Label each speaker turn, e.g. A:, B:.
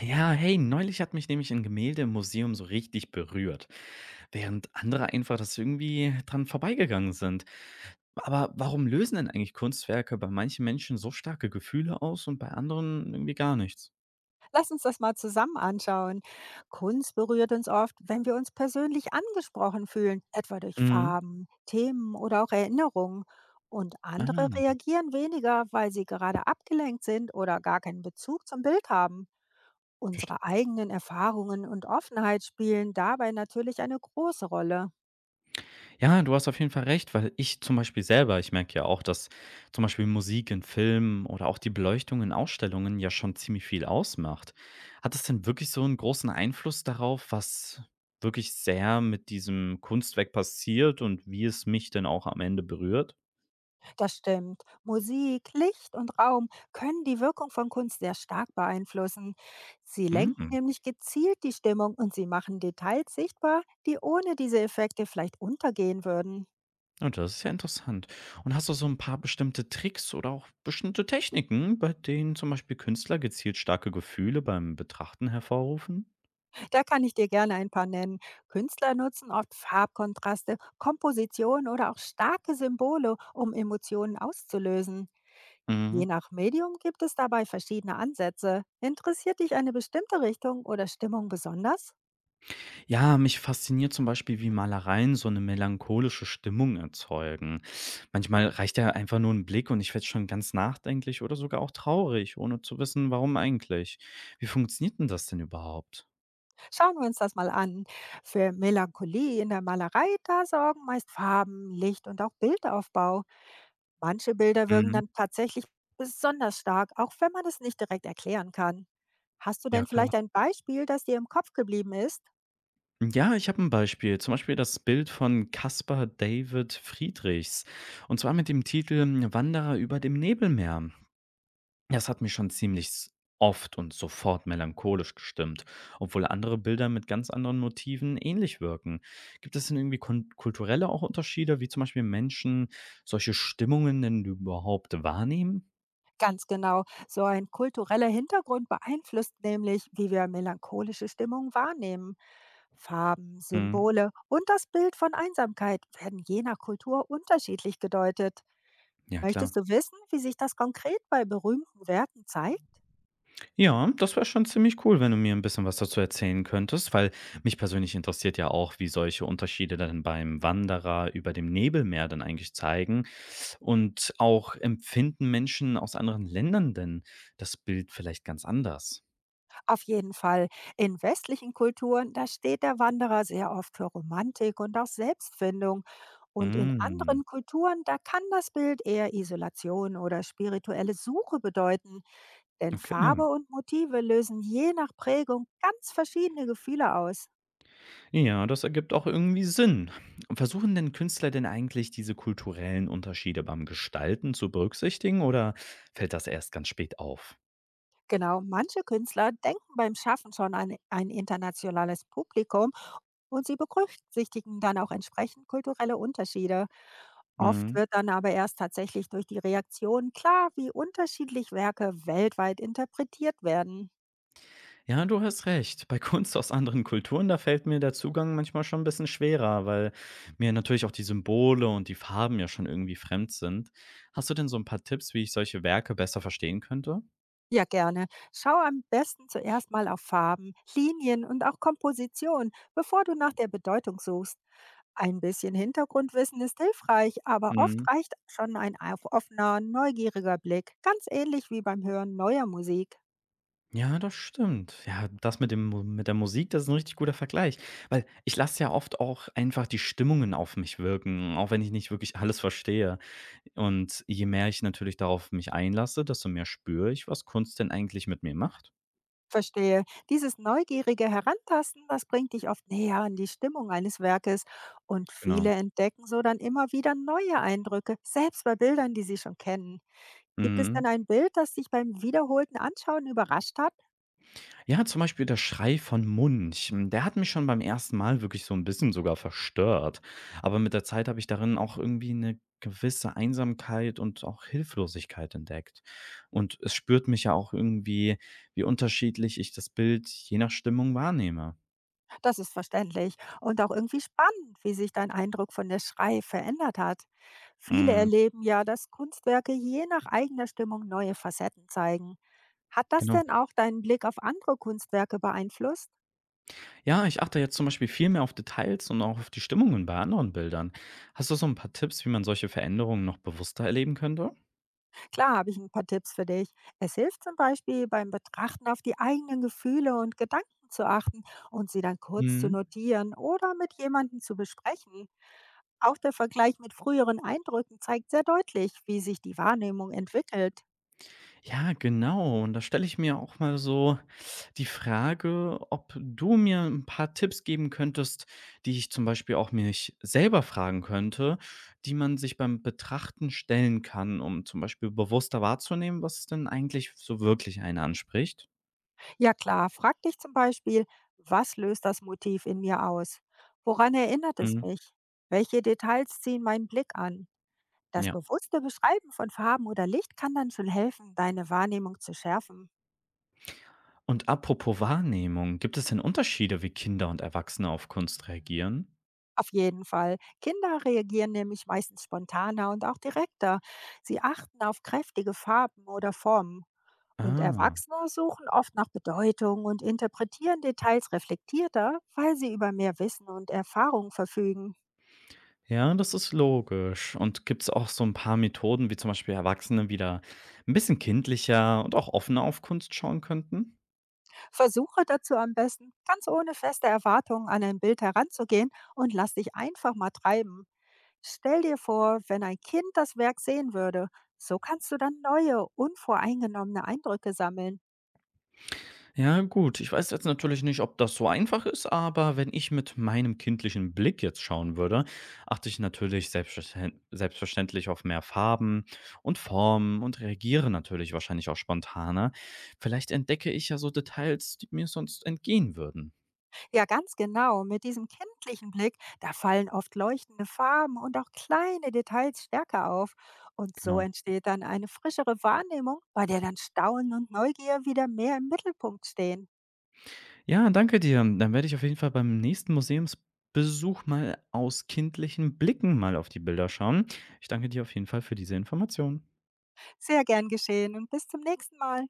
A: Ja, hey, neulich hat mich nämlich ein Gemälde im Museum so richtig berührt, während andere einfach das irgendwie dran vorbeigegangen sind. Aber warum lösen denn eigentlich Kunstwerke bei manchen Menschen so starke Gefühle aus und bei anderen irgendwie gar nichts?
B: Lass uns das mal zusammen anschauen. Kunst berührt uns oft, wenn wir uns persönlich angesprochen fühlen, etwa durch
A: Mhm.
B: Farben, Themen oder auch Erinnerungen. Und andere
A: Ah,
B: reagieren weniger, weil sie gerade abgelenkt sind oder gar keinen Bezug zum Bild haben.
A: verstehe.
B: Unsere eigenen Erfahrungen und Offenheit spielen dabei natürlich eine große Rolle.
A: Ja, du hast auf jeden Fall recht, weil ich zum Beispiel selber ich merke ja auch, dass zum Beispiel Musik in Filmen oder auch die Beleuchtung in Ausstellungen ja schon ziemlich viel ausmacht. Hat es denn wirklich so einen großen Einfluss darauf, was wirklich sehr mit diesem Kunstwerk passiert und wie es mich denn auch am Ende berührt?
B: Das stimmt. Musik, Licht und Raum können die Wirkung von Kunst sehr stark beeinflussen. Sie lenken
A: Mhm.
B: nämlich gezielt die Stimmung und sie machen Details sichtbar, die ohne diese Effekte vielleicht untergehen würden.
A: Ja, das ist ja interessant. Und hast du so ein paar bestimmte Tricks oder auch bestimmte Techniken, bei denen zum Beispiel Künstler gezielt starke Gefühle beim Betrachten hervorrufen?
B: Da kann ich dir gerne ein paar nennen. Künstler nutzen oft Farbkontraste, Kompositionen oder auch starke Symbole, um Emotionen auszulösen.
A: Mhm.
B: Je nach Medium gibt es dabei verschiedene Ansätze. Interessiert dich eine bestimmte Richtung oder Stimmung besonders?
A: Ja, mich fasziniert zum Beispiel, wie Malereien so eine melancholische Stimmung erzeugen. Manchmal reicht ja einfach nur ein Blick und ich werde schon ganz nachdenklich oder sogar auch traurig, ohne zu wissen, warum eigentlich. Wie funktioniert denn das denn überhaupt?
B: Schauen wir uns das mal an. Für Melancholie in der Malerei, da sorgen meist Farben, Licht und auch Bildaufbau. Manche Bilder wirken
A: Mhm.
B: dann tatsächlich besonders stark, auch wenn man es nicht direkt erklären kann. Hast du
A: Ja,
B: denn
A: klar.
B: vielleicht ein Beispiel, das dir im Kopf geblieben ist?
A: Ja, ich habe ein Beispiel, zum Beispiel das Bild von Caspar David Friedrichs, und zwar mit dem Titel „Wanderer über dem Nebelmeer“. Das hat mich schon ziemlich s oft und sofort melancholisch gestimmt, obwohl andere Bilder mit ganz anderen Motiven ähnlich wirken. Gibt es denn irgendwie kon kulturelle auch Unterschiede, wie zum Beispiel Menschen solche Stimmungen denn überhaupt wahrnehmen?
B: Ganz genau, so ein kultureller Hintergrund beeinflusst nämlich, wie wir melancholische Stimmung wahrnehmen. Farben,
A: Mhm.
B: Symbole und das Bild von Einsamkeit werden je nach Kultur unterschiedlich gedeutet.
A: Ja, klar.
B: Möchtest du wissen, wie sich das konkret bei berühmten Werken zeigt?
A: Ja, das wäre schon ziemlich cool, wenn du mir ein bisschen was dazu erzählen könntest, weil mich persönlich interessiert ja auch, wie solche Unterschiede dann beim Wanderer über dem Nebelmeer dann eigentlich zeigen. Und auch empfinden Menschen aus anderen Ländern denn das Bild vielleicht ganz anders?
B: Auf jeden Fall. In westlichen Kulturen, da steht der Wanderer sehr oft für Romantik und auch Selbstfindung. Und in
A: Hm,
B: anderen Kulturen, da kann das Bild eher Isolation oder spirituelle Suche bedeuten. Denn
A: okay.
B: Farbe und Motive lösen je nach Prägung ganz verschiedene Gefühle aus.
A: Ja, das ergibt auch irgendwie Sinn. Versuchen denn Künstler denn eigentlich diese kulturellen Unterschiede beim Gestalten zu berücksichtigen oder fällt das erst ganz spät auf?
B: Genau, manche Künstler denken beim Schaffen schon an ein internationales Publikum. Und sie berücksichtigen dann auch entsprechend kulturelle Unterschiede. Oft
A: Mhm.
B: wird dann aber erst tatsächlich durch die Reaktion klar, wie unterschiedlich Werke weltweit interpretiert werden.
A: Ja, du hast recht. Bei Kunst aus anderen Kulturen, da fällt mir der Zugang manchmal schon ein bisschen schwerer, weil mir natürlich auch die Symbole und die Farben ja schon irgendwie fremd sind. Hast du denn so ein paar Tipps, wie ich solche Werke besser verstehen könnte?
B: Ja, gerne. Schau am besten zuerst mal auf Farben, Linien und auch Komposition, bevor du nach der Bedeutung suchst. Ein bisschen Hintergrundwissen ist hilfreich, aber oft
A: Mhm.
B: reicht schon ein offener, neugieriger Blick, ganz ähnlich wie beim Hören neuer Musik.
A: Ja, das stimmt. Ja, das mit dem, mit der Musik, das ist ein richtig guter Vergleich. Weil ich lasse ja oft auch einfach die Stimmungen auf mich wirken, auch wenn ich nicht wirklich alles verstehe. Und je mehr ich natürlich darauf mich einlasse, desto mehr spüre ich, was Kunst denn eigentlich mit mir macht.
B: Verstehe. Dieses neugierige Herantasten, das bringt dich oft näher an die Stimmung eines Werkes. Und
A: Genau.
B: viele entdecken so dann immer wieder neue Eindrücke, selbst bei Bildern, die sie schon kennen. Gibt es
A: Mhm.
B: denn ein Bild, das dich beim wiederholten Anschauen überrascht hat?
A: Ja, zum Beispiel der Schrei von Munch. Hm, der hat mich schon beim ersten Mal wirklich so ein bisschen sogar verstört. Aber mit der Zeit habe ich darin auch irgendwie eine gewisse Einsamkeit und auch Hilflosigkeit entdeckt. Und es spürt mich ja auch irgendwie, wie unterschiedlich ich das Bild je nach Stimmung wahrnehme.
B: Das ist verständlich und auch irgendwie spannend, wie sich dein Eindruck von der Schrei verändert hat. Viele
A: Mhm,
B: erleben ja, dass Kunstwerke je nach eigener Stimmung neue Facetten zeigen. Hat das
A: genau.
B: denn auch deinen Blick auf andere Kunstwerke beeinflusst?
A: Ja, ich achte jetzt zum Beispiel viel mehr auf Details und auch auf die Stimmungen bei anderen Bildern. Hast du so ein paar Tipps, wie man solche Veränderungen noch bewusster erleben könnte?
B: Klar, habe ich ein paar Tipps für dich. Es hilft zum Beispiel beim Betrachten auf die eigenen Gefühle und Gedanken zu achten und sie dann kurz zu
A: Mhm.
B: notieren oder mit jemandem zu besprechen. Auch der Vergleich mit früheren Eindrücken zeigt sehr deutlich, wie sich die Wahrnehmung entwickelt.
A: Ja, genau. Und da stelle ich mir auch mal so die Frage, ob du mir ein paar Tipps geben könntest, die ich zum Beispiel auch mich selber fragen könnte, die man sich beim Betrachten stellen kann, um zum Beispiel bewusster wahrzunehmen, was denn eigentlich so wirklich einen anspricht.
B: Ja klar, frag dich zum Beispiel, was löst das Motiv in mir aus? Woran erinnert es
A: Mhm,
B: mich? Welche Details ziehen meinen Blick an? Das
A: ja.
B: bewusste Beschreiben von Farben oder Licht kann dann schon helfen, deine Wahrnehmung zu schärfen.
A: Und apropos Wahrnehmung, gibt es denn Unterschiede, wie Kinder und Erwachsene auf Kunst reagieren?
B: Auf jeden Fall. Kinder reagieren nämlich meistens spontaner und auch direkter. Sie achten auf kräftige Farben oder Formen. Und
A: Ah.
B: Erwachsene suchen oft nach Bedeutung und interpretieren Details reflektierter, weil sie über mehr Wissen und Erfahrung verfügen.
A: Ja, das ist logisch. Und gibt es auch so ein paar Methoden, wie zum Beispiel Erwachsene wieder ein bisschen kindlicher und auch offener auf Kunst schauen könnten?
B: Versuche dazu am besten, ganz ohne feste Erwartungen an ein Bild heranzugehen und lass dich einfach mal treiben. Stell dir vor, wenn ein Kind das Werk sehen würde, so kannst du dann neue, unvoreingenommene Eindrücke sammeln.
A: Ja, gut, ich weiß jetzt natürlich nicht, ob das so einfach ist, aber wenn ich mit meinem kindlichen Blick jetzt schauen würde, achte ich natürlich selbstverständlich auf mehr Farben und Formen und reagiere natürlich wahrscheinlich auch spontaner. Vielleicht entdecke ich ja so Details, die mir sonst entgehen würden.
B: Ja, ganz genau. Mit diesem kindlichen Blick, da fallen oft leuchtende Farben und auch kleine Details stärker auf. Und so
A: Genau.
B: entsteht dann eine frischere Wahrnehmung, bei der dann Staunen und Neugier wieder mehr im Mittelpunkt stehen.
A: Ja, danke dir. Dann werde ich auf jeden Fall beim nächsten Museumsbesuch mal aus kindlichen Blicken mal auf die Bilder schauen. Ich danke dir auf jeden Fall für diese Information.
B: Sehr gern geschehen und bis zum nächsten Mal.